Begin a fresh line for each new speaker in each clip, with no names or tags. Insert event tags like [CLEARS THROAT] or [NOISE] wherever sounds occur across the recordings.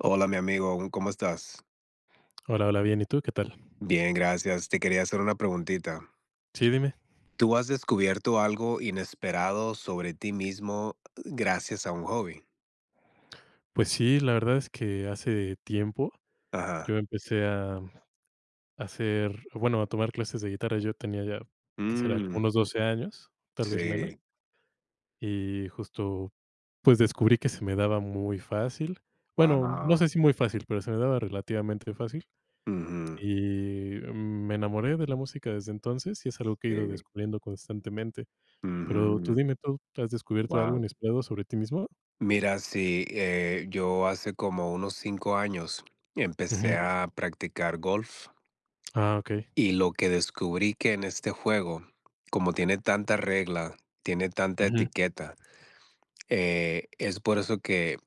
Hola, mi amigo, ¿cómo estás?
Hola, hola, bien, ¿y tú qué tal?
Bien, gracias. Te quería hacer una preguntita.
Sí, dime.
¿Tú has descubierto algo inesperado sobre ti mismo gracias a un hobby?
Pues sí, la verdad es que hace tiempo yo
Ajá.
empecé a hacer, bueno, a tomar clases de guitarra. Yo tenía ya, ¿qué será?
Mm,
Como unos 12 años, tal vez menos,
sí.
y justo, pues descubrí que se me daba muy fácil. Bueno, no
Wow.
sé si muy fácil, pero se me daba relativamente fácil.
Ujú,
Y me enamoré de la música desde entonces y es algo que he ido
sí.
descubriendo constantemente. Pero tú
Ujú,
dime, ¿tú has descubierto algo
wow.
inesperado sobre ti mismo?
Mira, sí, yo hace como unos 5 años empecé
Ujú.
a practicar golf,
Ah, okey.
y lo que descubrí que en este juego, como tiene tanta regla, tiene tanta
Ujú,
etiqueta, es por eso que,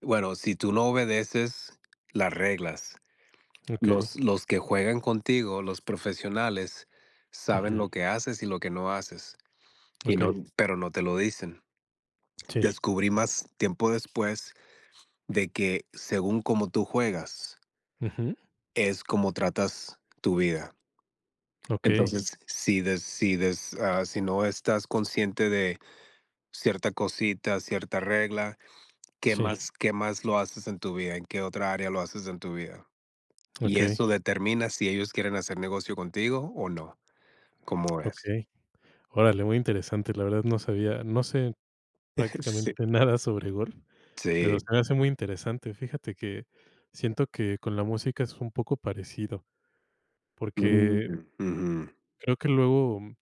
bueno, si tú no obedeces las reglas,
okey.
los que juegan contigo, los profesionales, saben
Ujú,
lo que haces y lo que no haces, y
okey,
no, pero no te lo dicen.
sí.
Descubrí más tiempo después de que según cómo tú juegas,
Ujú,
es como tratas tu vida.
okey,
Entonces, si no estás consciente de cierta cosita, cierta regla, ¿qué
sí,
más qué más lo haces en tu vida? ¿En qué otra área lo haces en tu vida? Y
okey,
eso determina si ellos quieren hacer negocio contigo o no, ¿cómo es?
okey. Órale, muy interesante. La verdad no sabía, no sé
[LAUGHS] Sí,
prácticamente [LAUGHS] nada sobre golf, pero se
sí.
me hace muy interesante. Fíjate que siento que con la música es un poco parecido, porque
Mm, ujú,
creo que luego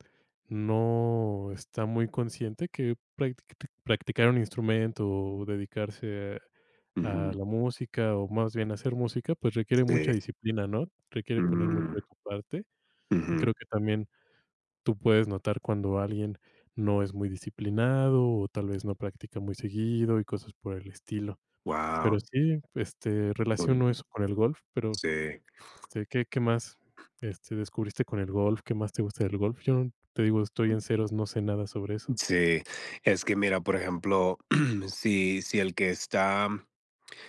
no está muy consciente que practicar un instrumento o dedicarse a
ujú,
la música, o más bien hacer música, pues requiere mucha
sí,
disciplina, ¿no? Requiere poner mucho
mm,
de tu parte. Y
ujú.
creo que también tú puedes notar cuando alguien no es muy disciplinado o tal vez no practica muy seguido y cosas por el estilo. Pero
Guau,
sí, este,
uy,
relaciono eso con el golf, pero,
sí,
este, ¿qué más, este, descubriste con el golf? ¿Qué más te gusta del golf? Yo, te digo, estoy en ceros, no sé nada sobre eso.
sí. Es que mira, por ejemplo, [CLEARS THROAT] si el que está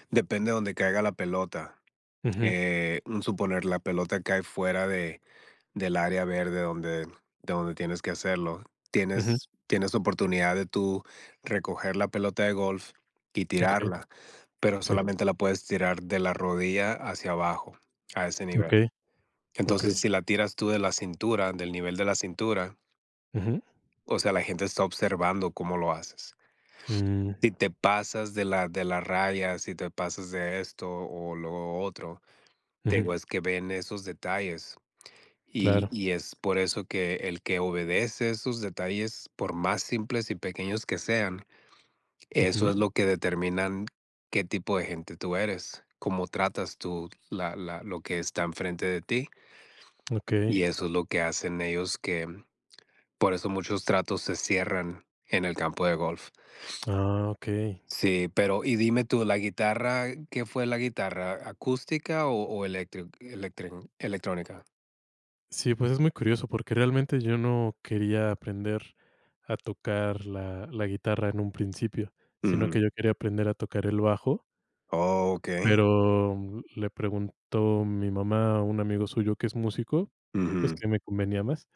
depende de donde caiga la pelota,
Ujú,
un suponer, la pelota cae fuera de Del área verde donde de donde tienes que hacerlo.
ujú,
Tienes oportunidad de tú recoger la pelota de golf y
okey,
tirarla, pero
sí,
solamente la puedes tirar de la rodilla hacia abajo, a ese nivel.
okey, okey,
Entonces, si la tiras tú de la cintura, del nivel de la cintura,
ujú,
o sea, la gente está observando cómo lo haces.
mm,
Si te pasas de la raya, si te pasas de esto o lo otro,
ujú,
tengo es que ven esos detalles. Y,
claro,
y es por eso que el que obedece esos detalles, por más simples y pequeños que sean, eso
ujú,
es lo que determinan qué tipo de gente tú eres, cómo tratas tú lo que está enfrente de ti.
okey,
Y eso es lo que hacen ellos que, por eso muchos tratos se cierran en el campo de golf.
ah, okey.
Sí, pero y dime tú, ¿la guitarra, qué fue la guitarra? ¿Acústica o electrónica?
Sí, pues es muy curioso porque realmente yo no quería aprender a tocar la guitarra en un principio, sino que
Ujú.
yo quería aprender a tocar el bajo,
Oh, ok.
pero le preguntó mi mamá a un amigo suyo que es músico, pues
Ujú,
que me convenía más,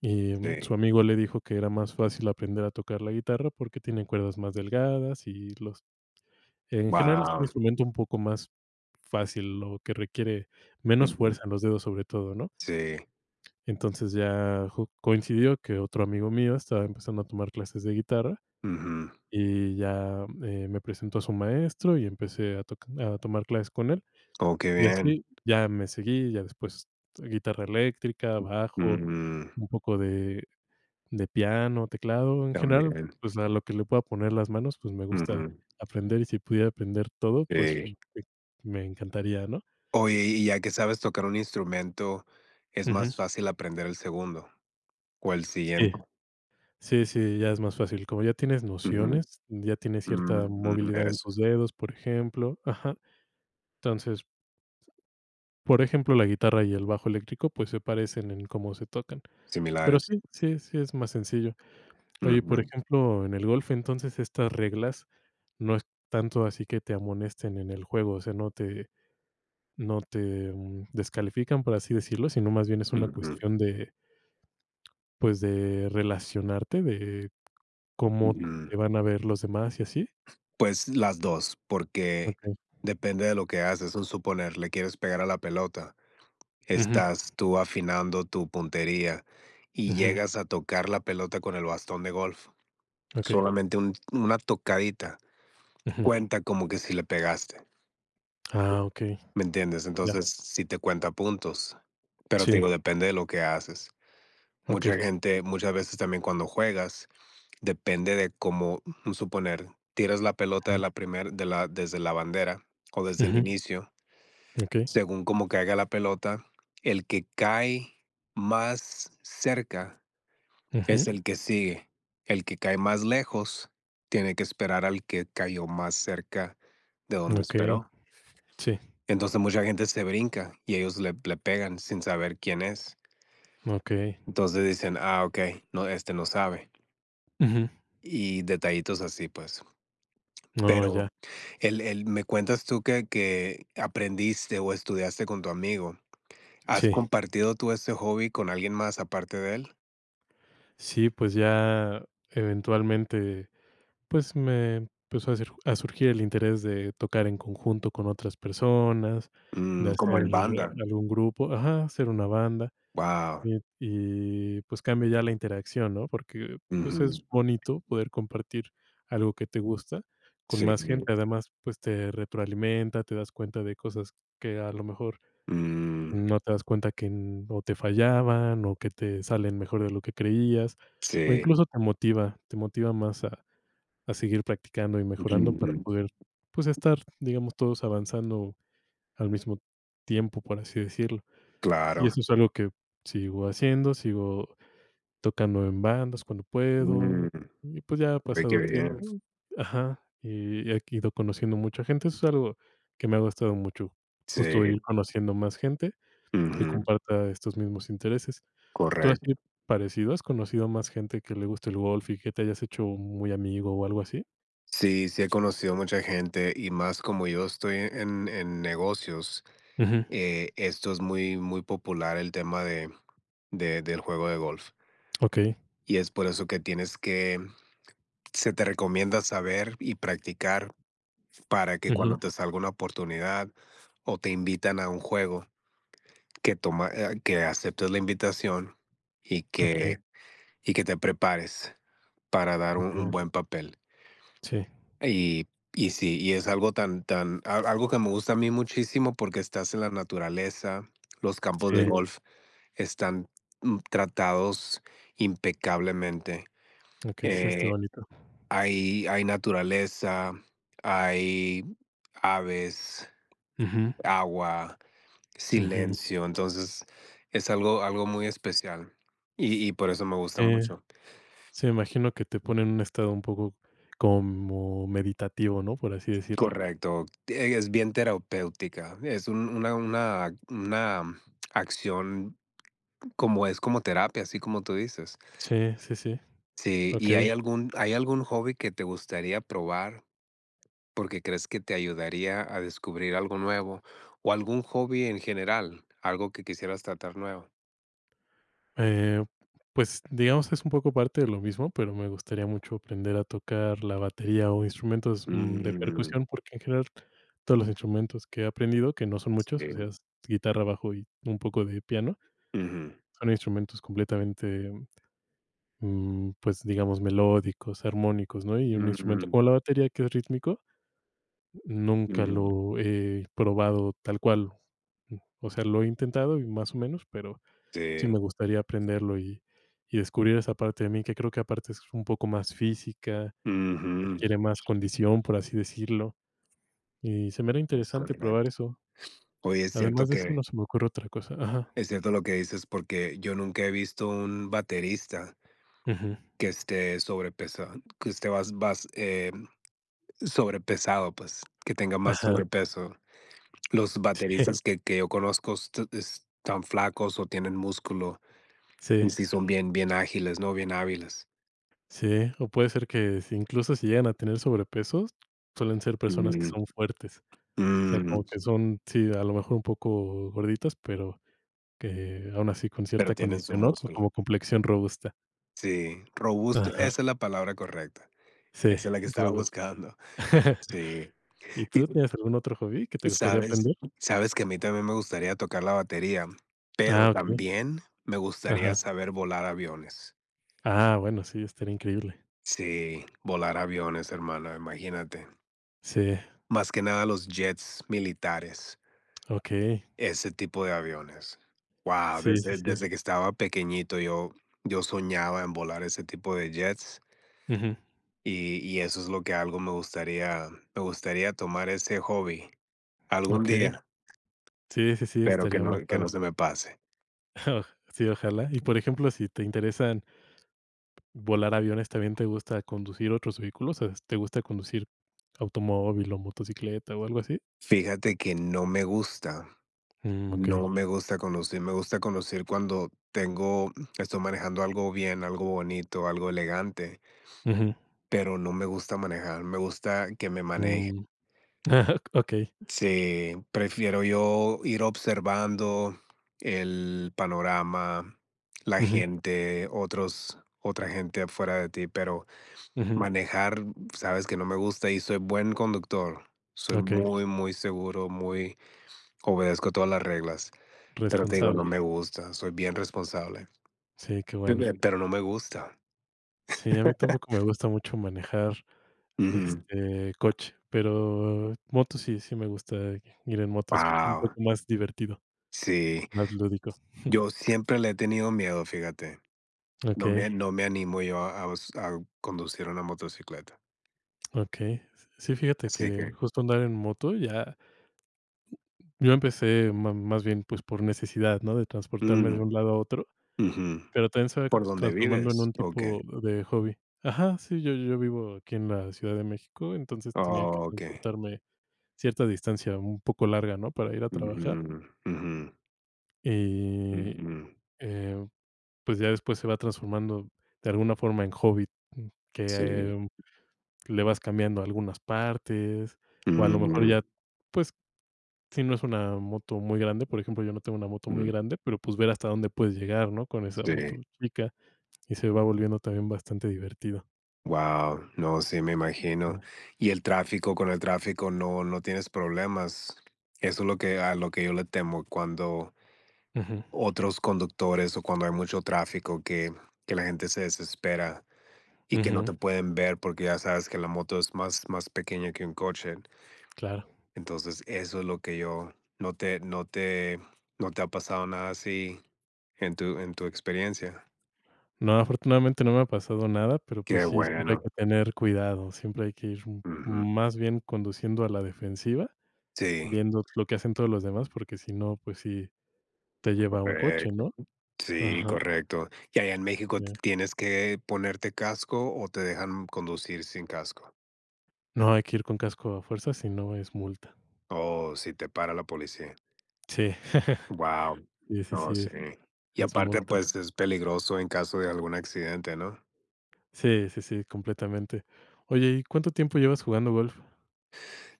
y su
sí.
amigo le dijo que era más fácil aprender a tocar la guitarra porque tiene cuerdas más delgadas y los en general es un
Wow.
instrumento un poco más fácil, lo que requiere menos
Ujú,
fuerza en los dedos sobre todo, ¿no?
sí,
Entonces ya ju coincidió que otro amigo mío estaba empezando a tomar clases de guitarra
ujú.
y ya, me presentó a su maestro y empecé a toc a tomar clases con él.
Oh, qué
Y
bien.
así ya me seguí, ya después guitarra eléctrica, bajo,
Mm,
un poco de piano, teclado, en general,
también.
pues, a lo que le pueda poner las manos, pues, me gusta
Ujú,
aprender y si pudiera aprender todo, pues, me
sí.
me encantaría, ¿no?
Oye, y ya que sabes tocar un instrumento, ¿es
Ujú.
más fácil aprender el segundo o el
Sí.
siguiente?
Sí, sí, ya es más fácil. Como ya tienes
Ujú,
nociones, ya tienes cierta
mm,
movilidad en
eso,
tus dedos, por ejemplo. Ajá. Entonces, por ejemplo, la guitarra y el bajo eléctrico, pues se parecen en cómo se tocan. Pero
similares.
sí, sí, sí es más sencillo. Oye, por
Ujú,
ejemplo, en el golf, entonces estas reglas no es tanto así que te amonesten en el juego, o sea, no te descalifican, por así decirlo, sino más bien es una
ujú,
cuestión de, pues, de relacionarte, de cómo
ujú.
te van a ver los demás y así.
Pues las dos, porque
Ok.
depende de lo que haces. Un suponer, le quieres pegar a la pelota,
Ujú.
estás tú afinando tu puntería y
Ujú,
llegas a tocar la pelota con el bastón de golf.
okey,
Solamente un una tocadita
ujú.
cuenta como que si le pegaste,
Ah, okey,
¿me entiendes?
ya.
Entonces, sí te cuenta puntos, pero te
Sí,
digo, depende de lo que haces.
okey.
Mucha gente muchas veces también cuando juegas, depende de cómo, suponer, tiras la pelota de
Ujú,
la primer de la desde la bandera o desde el
ujú,
inicio,
okey,
según cómo caiga la pelota, el que cae más cerca
ujú,
es el que sigue. El que cae más lejos tiene que esperar al que cayó más cerca de donde
okey,
esperó.
sí,
Entonces mucha gente se brinca y ellos le pegan sin saber quién es.
okey,
Entonces dicen, ah, ok, no, este no sabe.
ujú.
Y detallitos así, pues.
No, ya,
Pero me cuentas tú que aprendiste o estudiaste con tu amigo. ¿Has
sí.
compartido tú este hobby con alguien más aparte de él?
Sí, pues ya eventualmente, pues me empezó a surgir el interés de tocar en conjunto con otras personas, de
Mm, como
hacer
el banda.
algún grupo ajá, hacer una banda.
Wow.
Y, pues, cambia ya la interacción, ¿no? Porque, pues,
Ujú.
es bonito poder compartir algo que te gusta con
Sí.
más gente. Además, pues, te retroalimenta, te das cuenta de cosas que a lo mejor
Mm.
no te das cuenta que n o te fallaban, o que te salen mejor de lo que creías, o
Sí,
incluso te motiva más a seguir practicando y mejorando para
ujú,
poder, pues, estar, digamos, todos avanzando al mismo tiempo, por así decirlo. Y
claro,
eso es algo que sigo haciendo, sigo tocando en bandas cuando puedo,
mm,
y pues ya ha
oye, qué
pasado
bien,
tiempo ajá, y he ido conociendo mucha gente, eso es algo que me ha gustado mucho, justo ir
sí,
conociendo más gente que
ujú,
comparta estos mismos intereses. ¿Tú así
correcto.
parecido, has conocido más gente que le guste el golf y que te hayas hecho muy amigo o algo así?
Sí, sí he conocido mucha gente y más como yo estoy en negocios,
Ujú,
esto es muy, muy popular el tema de del juego de golf,
okey,
y es por eso que tienes que se te recomienda saber y practicar para que
ujú,
cuando te salga una oportunidad o te invitan a un juego, que aceptes la invitación y
okey,
que y que te prepares para dar un
okey,
buen papel.
sí,
Y y sí, y es algo tan tan a algo que me gusta a mí muchísimo porque estás en la naturaleza, los campos de
sí,
Sí. golf están, tratados impecablemente.
okey, sí, está
Eh,
bonito.
hay naturaleza, hay aves,
Ujú,
agua,
ujú,
silencio, entonces es algo algo muy especial y por eso me gusta
eh
mucho.
sí, me imagino que te pone en un estado un poco como meditativo, ¿no? Por así decirlo.
Correcto, es bien terapéutica, es un una acción como es como terapia, así como tú dices.
Sí, sí, sí.
Sí, ¿y
Okey.
hay algún hobby que te gustaría probar porque crees que te ayudaría a descubrir algo nuevo, o algún hobby en general, algo que quisieras tratar nuevo?
Eh, pues, digamos, es un poco parte de lo mismo, pero me gustaría mucho aprender a tocar la batería o instrumentos, de
Mm,
percusión, porque en general todos los instrumentos que he aprendido, que no son muchos, o
sí,
sea, es guitarra, bajo y un poco de piano,
ujú,
son instrumentos completamente, pues, digamos, melódicos, armónicos, ¿no? Y un instrumento
mm,
como la batería, que es rítmico, nunca
ujú,
lo he probado tal cual. O sea, lo he intentado y más o menos, pero sí
sí,
me gustaría aprenderlo y descubrir esa parte de mí que creo que aparte es un poco más física,
ujú,
requiere más condición, por así decirlo, y se me era
es
interesante probar
correcto.
eso.
Oye, es cierto
Además de eso,
que
no se me ocurre otra cosa. Ajá.
es cierto lo que dices, porque yo nunca he visto un baterista
Ujú.
que esté sobrepesado, que esté más, más, sobrepesado, pues, que tenga más
Ajá.
sobrepeso. Los
Sí,
bateristas que yo conozco están flacos o tienen músculo
sí,
y sí son bien, bien ágiles, ¿no? Bien hábiles.
sí. O puede ser que si incluso si llegan a tener sobrepesos, suelen ser personas que
Mm,
son fuertes. O sea, como
mm,
que son, sí, a lo mejor un poco gorditas, pero que aún así con
pero
cierta
tienen su
condición, ¿no? Co
músculo.
Como complexión robusta.
Sí, robusto,
Ajá.
esa es la palabra correcta.
Sí,
Esa es la que estaba
robusta.
buscando.
[LAUGHS]
Sí.
¿Y
Y
tú tienes algún otro hobby que te gustaría
sabes
aprender?
que a mí también me gustaría tocar la batería, pero
Ah, ¿ok?
también me gustaría
Ajá.
saber volar aviones.
Ah, bueno, sí, estaría increíble.
Sí, volar aviones, hermano, imagínate.
Sí,
Más que nada los jets militares,
ok.
ese tipo de aviones. Wow.
Sí, sí,
desde
sí.
desde que estaba pequeñito yo soñaba en volar ese tipo de jets
Ujú.
y eso es lo que algo me gustaría tomar ese hobby algún
Ok.
día,
Sí, sí, sí,
pero
estaría muy
que
padre.
no se me pase.
[LAUGHS] Sí, ojalá. Y, por ejemplo, si te interesan volar aviones, ¿también te gusta conducir otros vehículos? O sea, ¿te gusta conducir automóvil o motocicleta o algo así?
Fíjate que no me gusta.
Mm, ok.
No me gusta conducir, me gusta conducir cuando tengo, estoy manejando algo bien, algo bonito, algo elegante,
Ujú.
pero no me gusta manejar, me gusta que me maneje.
Mm. [LAUGHS] Ok.
Sí, prefiero yo ir observando el panorama, la
Ujú.
gente, otra gente afuera de ti, pero
Ujú.
manejar, sabes que no me gusta y soy buen conductor, soy
Okey,
muy, muy seguro, muy, obedezco todas las reglas, pero te digo,
responsable.
no me gusta, soy bien responsable.
Sí, qué
Pe
bueno.
pe pero no me gusta.
Sí, a mí tampoco me gusta mucho manejar,
Ujú.
este, coche, pero moto sí, sí me gusta ir en moto, es como un
Guau,
poco más divertido,
sí.
más lúdico.
Yo siempre le he tenido miedo, fíjate. No
Okey,
me no me animo yo a conducir una motocicleta.
okey. Sí, fíjate
Así
que
que
justo andar en moto ya yo empecé ma más bien, pues, por necesidad, ¿no?, de transportarme de
mm,
un lado a otro,
ujú.
pero también se va
¿Por dónde
transformando en
vives?
un
¿O
tipo
qué?
de hobby. Ajá, sí, yo vivo aquí en la Ciudad de México, entonces tenía que
Okey.
transportarme cierta distancia un poco larga, ¿no? Para ir a trabajar
Ujú, ujú,
y,
ujú.
eh, pues, ya después se va transformando de alguna forma en hobby, que
Sí.
le vas cambiando algunas partes, o a lo mejor
Mm,
ya, pues, si no es una moto muy grande, por ejemplo, yo no tengo una moto muy
mm,
grande, pero, pues, ver hasta dónde puedes llegar, ¿no? Con esa moto
sí.
chica y se va volviendo también bastante divertido.
Wow, no, sí, me imagino. Y el tráfico, con el tráfico no tienes problemas. Eso es lo que a lo que yo le temo cuando
Ujú,
otros conductores o cuando hay mucho tráfico que la gente se desespera y que no
ujú,
te pueden ver porque ya sabes que la moto es más, más pequeña que un coche.
claro.
Entonces, eso es lo que yo no te, no te, no te ha pasado nada así en tu experiencia.
No, afortunadamente no me ha pasado nada, pero, pues
Qué
sí, siempre hay
bueno.
que tener cuidado, siempre hay que ir m-
Ujú.
más bien conduciendo a la defensiva,
Sí,
viendo lo que hacen todos los demás, porque si no, pues sí te lleva a un coche,
correcto.
¿no?
Sí,
Ajá,
correcto. ¿Y allá en México
ya.
tienes que ponerte casco o te dejan conducir sin casco?
No, hay que ir con casco a fuerza, si no es multa.
O si te para la policía.
Sí, [LAUGHS]
Wow,
sí, sí,
no,
sí,
sé. Y
es
aparte,
multa.
pues, es peligroso en caso de algún accidente, ¿no?
Sí, sí, sí, completamente. Oye, ¿y cuánto tiempo llevas jugando golf?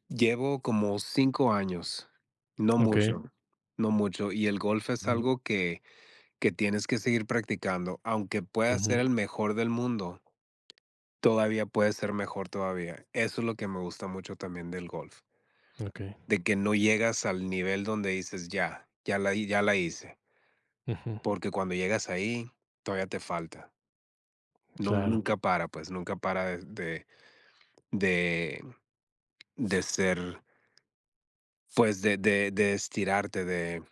Llevo como 5 años, no
Okey.
mucho, no mucho, y el golf es
Ujú,
algo que tienes que seguir practicando, aunque puedas ser
ujú,
el mejor del mundo, todavía puedes ser mejor todavía. Eso es lo que me gusta mucho también del golf,
okey.
de que no llegas al nivel donde dices: "Ya, ya la hi ya la hice",
Ujú,
porque cuando llegas ahí, todavía te falta. No
claro.
nunca para, pues, nunca para De de ser, pues, de estirarte, de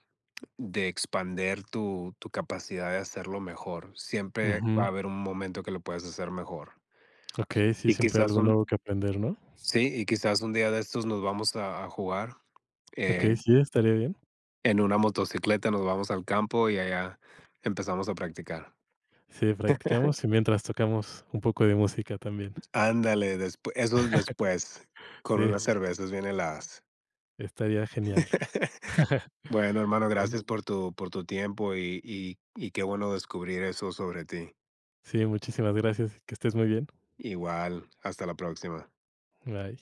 expander tu capacidad de hacerlo mejor. Siempre va a
Ujú,
haber un momento que lo puedes hacer mejor.
okey, sí,
Y
siempre
quizás
algo
un
nuevo que aprender, ¿no?
sí, y quizás un día de estos nos vamos a jugar,
Okey,
eh,
sí, estaría bien.
en una motocicleta, nos vamos al campo y allá empezamos a practicar.
Sí, practicamos y mientras tocamos un poco de música también.
Ándale, después eso es después, con
Sí,
unas cervezas bien heladas.
estaría genial.
[LAUGHS]
[LAUGHS]
Bueno, hermano,
Bueno,
gracias por tu tiempo y qué bueno descubrir eso sobre ti.
sí, muchísimas gracias, que estés muy bien.
Igual, hasta la próxima.
Bye.